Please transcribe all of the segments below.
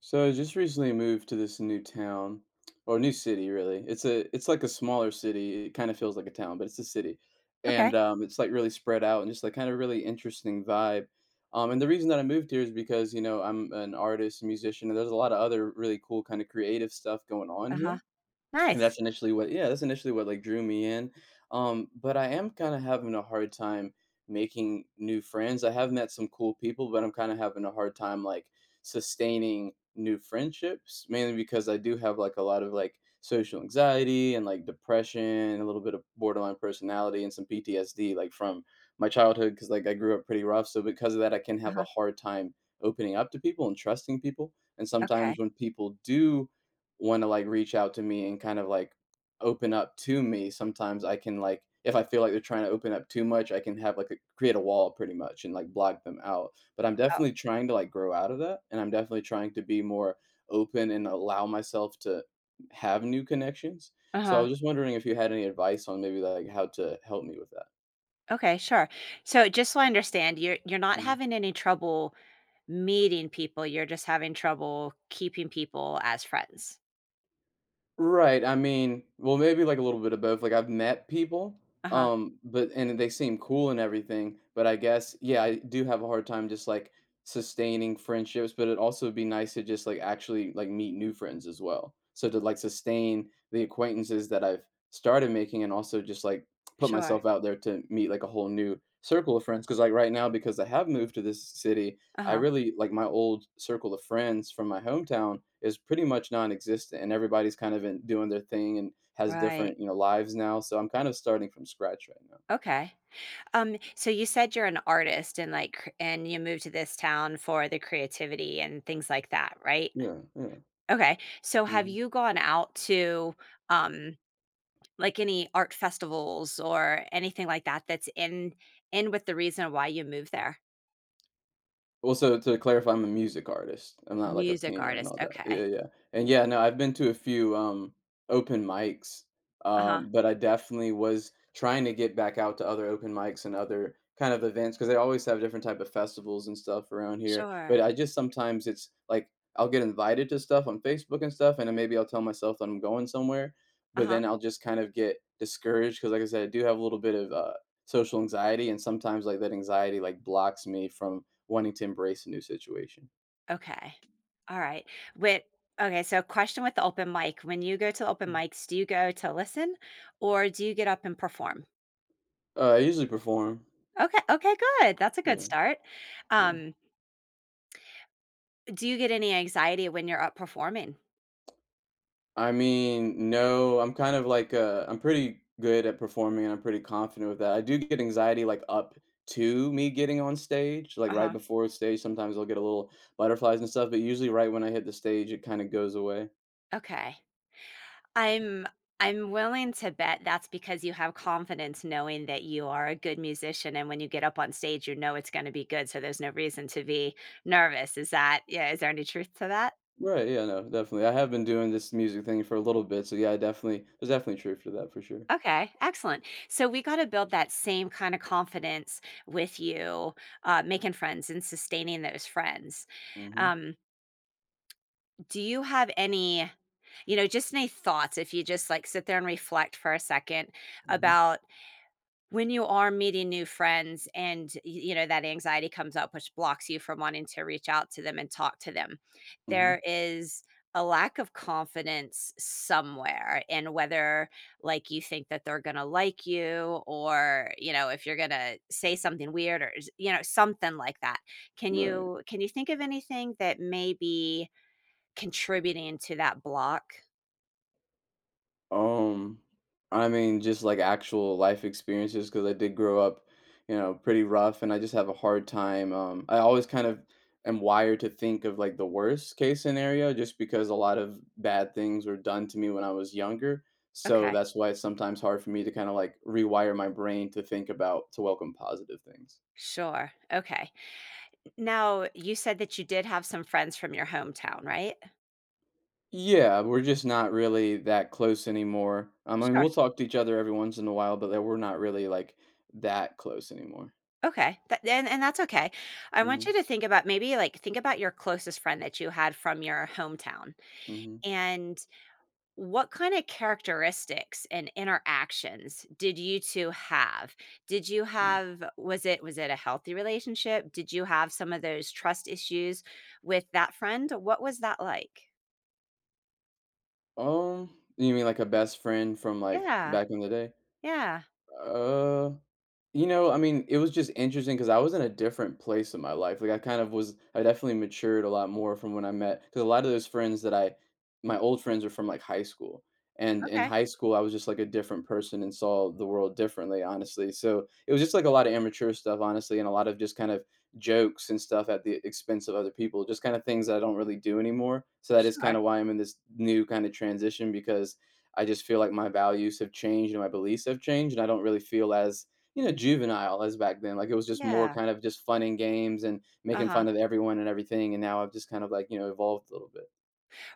So I just recently moved to this new town or new city really. It's a it's like a smaller city. It kind of feels like a town, but it's a city. And Okay. It's like really spread out and just like kind of really interesting vibe. And the reason that I moved here is because, you know, I'm an artist, musician, and there's a lot of other really cool kind of creative stuff going on here. Uh-huh. And Nice. That's initially what, like, drew me in, but I am kinda having a hard time making new friends. I have met some cool people, but I'm kinda having a hard time, like, sustaining new friendships, mainly because I do have, like, a lot of, like, social anxiety and, like, depression and a little bit of borderline personality and some PTSD, like, from my childhood because like, I grew up pretty rough, so because of that, I can have a Uh-huh. hard time opening up to people and trusting people, and Okay. sometimes when people do want to like reach out to me and kind of like open up to me sometimes I can like if I feel like they're trying to open up too much I can have create a wall pretty much and like block them out, but I'm Oh, definitely trying to like grow out of that and I'm definitely trying to be more open and allow myself to have new connections. So I uh-huh. was just wondering if you had any advice on maybe like how to help me with that. Okay, sure. So just so I understand, you're not Mm-hmm. having any trouble meeting people, you're just having trouble keeping people as friends. Right, I mean, well, maybe, like, a little bit of both, like, I've met people, Uh-huh. But and they seem cool and everything, but I guess, yeah, I do have a hard time just, like, sustaining friendships, but it'd also be nice to just, like, actually, like, meet new friends as well. So to, like, sustain the acquaintances that I've started making and also just, like, put Sure. myself out there to meet, like, a whole new circle of friends. Because like, right now, because I have moved to this city, I Uh-huh. really like my old circle of friends from my hometown is pretty much non-existent, and everybody's kind of in, doing their thing and has Right. different, you know, lives now. So I'm kind of starting from scratch right now. Okay. So you said you're an artist and and you moved to this town for the creativity and things like that, right? Yeah, yeah. Okay. So have Mhm. you gone out to um like any art festivals or anything like that that's in with the reason why you moved there? Also, to clarify, I'm a music artist. I'm not like a Music painter and artist, all that. Yeah, okay. yeah, yeah. And yeah, no, I've been to a few open mics. Uh-huh. But I definitely was trying to get back out to other open mics and other kind of events because they always have different type of festivals and stuff around here. But Sure. I just sometimes it's like I'll get invited to stuff on Facebook and stuff, and then maybe I'll tell myself that I'm going somewhere, but Uh-huh. then I'll just kind of get discouraged because, like I said, I do have a little bit of social anxiety, and sometimes like that anxiety like blocks me from wanting to embrace a new situation. Okay. Alright. With Okay, so question with the open mic. When you go to open mics, do you go to listen or do you get up and perform? I usually perform. Okay, okay, good. That's a good Yeah, start. yeah. Um, do you get any anxiety when you're up performing? I mean, no, I'm kind of like I'm pretty good at performing, and I'm pretty confident with that. I do get anxiety like up to me getting on stage, like right Uh-huh. before stage. Sometimes I'll get a little butterflies and stuff, but usually right when I hit the stage, it kind of goes away. Okay. I'm I'm willing to bet that's because you have confidence knowing that you are a good musician, and when you get up on stage you know it's gonna be good, so there's no reason to be nervous. Is that, yeah, is there any truth to that? Right? Yeah, no, definitely. I have been doing this music thing for a little bit, so yeah, I definitely there's definitely truth to that for sure. Okay, excellent. So we gotta build that same kind of confidence with you, making friends and sustaining those friends. Mm-hmm. Um, do you have any, you know, just any thoughts, if you just like sit there and reflect for a second Mm-hmm. about, when you are meeting new friends and, y you know, that anxiety comes up, which blocks you from wanting to reach out to them and talk to them, Mm-hmm. there is a lack of confidence somewhere in whether, like, you think that they're gonna like you, or, you know, if you're gonna say something weird or s you know, something like that. Can Right. you can you think of anything that may be contributing to that block? Um, I mean, just like actual life experiences, because I did grow up, you know, pretty rough, and I just have a hard time. I always kind of am wired to think of like the worst case scenario, just because a lot of bad things were done to me when I was younger. So Okay. that's why it's sometimes hard for me to kind of like rewire my brain to think about to welcome positive things. Sure. Okay. Now, you said that you did have some friends from your hometown, right? Yeah, we're just not really that close anymore. I mean, Sure. we'll talk to each other every once in a while, but that we're not really like that close anymore. Okay. That, and that's okay. I want you Mhm. to think about, maybe, like, think about your closest friend that you had from your hometown, Mhm, and what kinda characteristics and interactions did you 2 have? Did you mm. have, was it a healthy relationship? Did you have some of those trust issues with that friend? What was that like? Um, you mean like a best friend from, like, Yeah. back in the day? Yeah. Uh, you know, I mean, it was just interesting because I was in a different place in my life. Like I kind of was, I definitely matured a lot more from when I met because a lot of those my old friends are from like high school. And in Okay. high school, I was just like a different person and saw the world differently, honestly. So it was just like a lot of immature stuff, honestly, and a lot of just kind of jokes and stuff at the expense of other people, just kind of things that I don't really do anymore. So that is kind Sure. of why I'm in this new kind of transition because I just feel like my values have changed and my beliefs have changed, and I don't really feel as you know juvenile as back then. Like it was just more Yeah. kind of just fun and games and making Uh-huh. fun of everyone and everything. And now I've just kind of like you know evolved a little bit.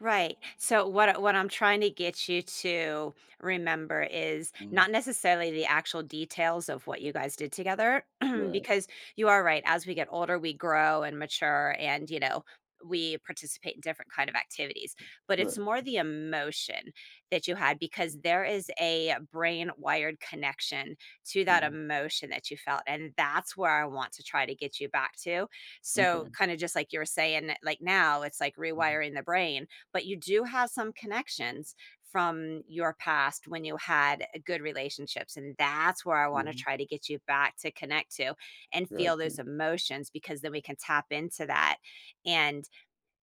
Right. So what I'm trying to get you to remember is Mm, not necessarily the actual details of what you guys did together right, because you are right, as we get older we grow and mature, and, you know, we participate in different kind of activities, but right. it's more the emotion that you had, because there is a brain wired connection to that Mm, emotion that you felt, and that's where I want to try to get you back to. So okay. kind of just like you were saying, like now it's like Mm-hmm. rewiring the brain, but you do have some connections from your past when you had good relationships. And that's where I want to Mm-hmm. try to get you back to connect to and Got feel those you. emotions, because then we can tap into that and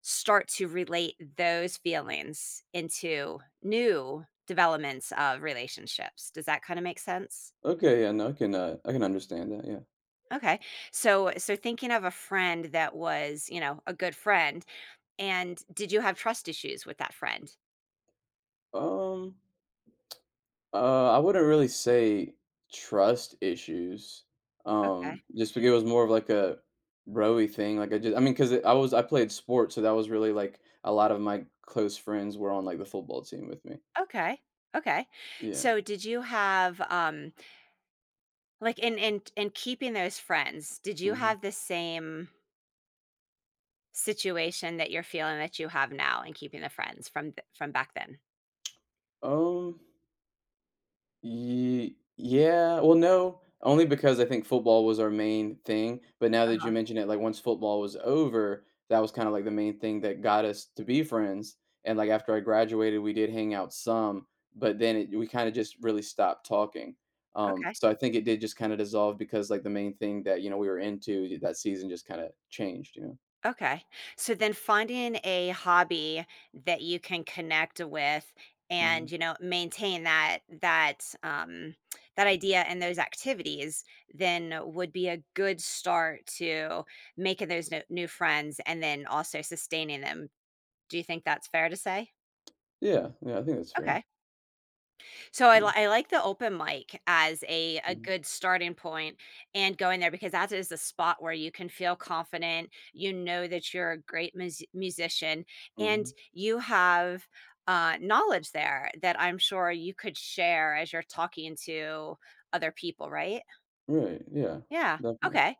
start to relate those feelings into new developments of relationships. Does that kind of make sense? Okay. Yeah. No, I can. I can understand that. Yeah. Okay. So, so thinking of a friend that was, you know, a good friend, and did you have trust issues with that friend? Um. I wouldn't really say trust issues. Okay. Just because it was more of like a broy thing. Like I mean, because I played sports, so that was really like a lot of my close friends were on like the football team with me. Okay. Okay. Yeah. So did you have like, in keeping those friends, did you Hmm. have the same situation that you're feeling that you have now in keeping the friends from from back then? Um. Ye Yeah, well, no, only because I think football was our main thing, but now that you Uh-huh. mention it, like, once football was over, that was kinda, like, the main thing that got us to be friends, and, like, after I graduated, we did hang out some, but then it we kinda just really stopped talking, Okay. so I think it did just kinda dissolve because, like, the main thing that, you know, we were into that season just kinda changed, you know? Okay. So then finding a hobby that you can connect with, and, Mhm. you know, maintain that, that that idea and those activities, then would be a good start to making those new friends and then also sustaining them. Do you think that's fair to say? Yeah, yeah, I think that's fair. Okay. So Yeah, I like the open mic as a mhm, good starting point, and going there, because that is a spot where you can feel confident, you know that you're a great musician, and mhm. you have, knowledge there that I'm sure you could share as you're talking to other people, right? Right, yeah, Yeah, definitely. okay.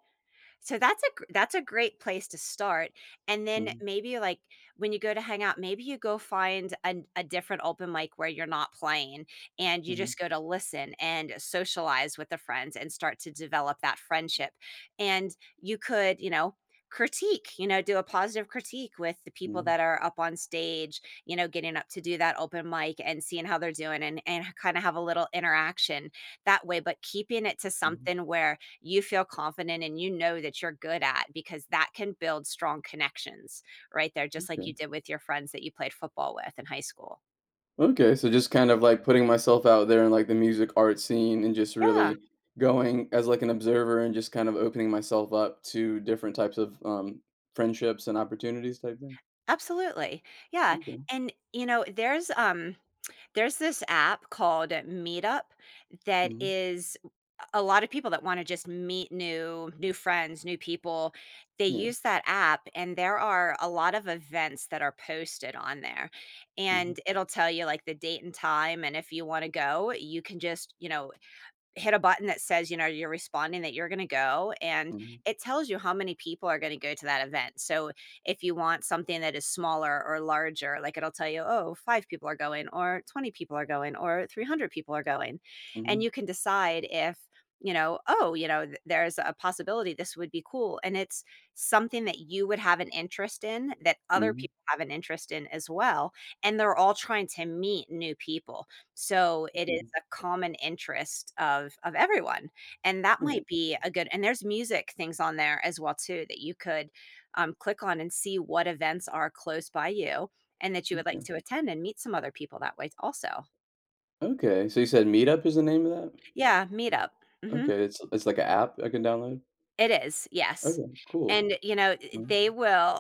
So that's a gr that's a great place to start, and then Mhm, maybe, like, when you go to hang out, maybe you go find a different open mic where you're not playing, and you mhm, just go to listen and socialize with the friends and start to develop that friendship, and you could, you know, critique, you know, do a positive critique with the people mhm, that are up on stage, you know, getting up to do that open mic and seeing how they're doing, and kinda have a little interaction that way, but keeping it to mhm. something where you feel confident and you know that you're good at, because that can build strong connections right there, just like you did with your friends that you played football with in high school. Okay, so just kind of like putting myself out there in like the music art scene and just Yeah, really going as like an observer and just kind of opening myself up to different types of friendships and opportunities type thing. absolutely. Yeah. Okay. And you know, there's this app called Meetup that Hmm. is, a lot of people that wanna just meet new friends, new people, they Yeah. use that app, and there are a lot of events that are posted on there, Hmm. and it'll tell you, like, the date and time, and if you wanna go, you can just, you know, hit a button that says, you know, you're responding that you're gonna go, and Hmm. it tells you how many people are gonna go to that event. So if you want something that is smaller or larger, like it'll tell you, oh, 5 people are going, or 20 people are going, or 300 people are going. Hmm. And you can decide if, you know, oh, you know, there's a possibility this would be cool. And it's something that you would have an interest in that other Hmm. people have an interest in as well. And they're all trying to meet new people. So it Yeah. is a common interest of everyone, and that All right. might be a good, and there's music things on there as well too that you could, click on and see what events are close by you and that you would Okay. like to attend and meet some other people that way also. Okay. So you said Meetup is the name of that? Yeah, meet up. Mhm. Okay. It's like an app I can download. It is, yes, Okay. Cool. and, you know, Mm-hmm. they will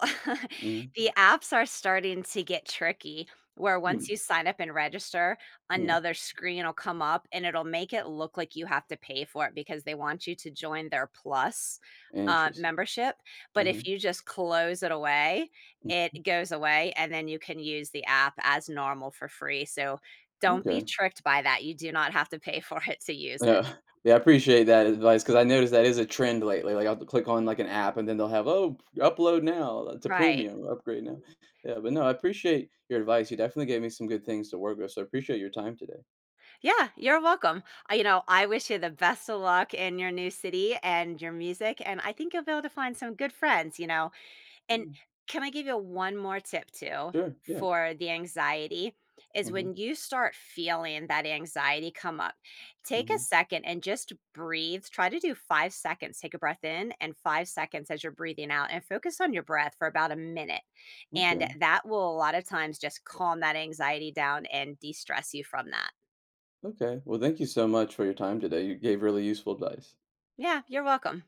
Mm-hmm. the apps are starting to get tricky, where Hmm. once you sign up and register, Yeah. another screen will come up, and it'll make it look like you have to pay for it because they want you to join their Plus, Interesting. membership, but Uh huh. if you just close it away, it goes away, and then you can use the app as normal for free, so don't be Okay. tricked by that, you do not have to pay for it to use it. Yeah. Yeah, I appreciate that advice because I noticed that is a trend lately, like, I'll click on, like, an app and then they'll have, "Oh, upload now to Right. premium, upgrade now." Yeah, but no, I appreciate your advice. You definitely gave me some good things to work with, so I appreciate your time today. Yeah, you're welcome. You know, I wish you the best of luck in your new city and your music, and I think you'll be able to find some good friends, you know. And Mm, can I give you one more tip too sure, yeah. for the anxiety? Is Mhm, when you start feeling that anxiety come up, take a mhm. second and just breathe. Try to do 5 seconds. Take a breath in and 5 seconds as you're breathing out, and focus on your breath for about a minute. And Okay, that will a lot of times just calm that anxiety down and de stress you from that. okay. Well, thank you so much for your time today. You gave really useful advice. Yeah, you're welcome.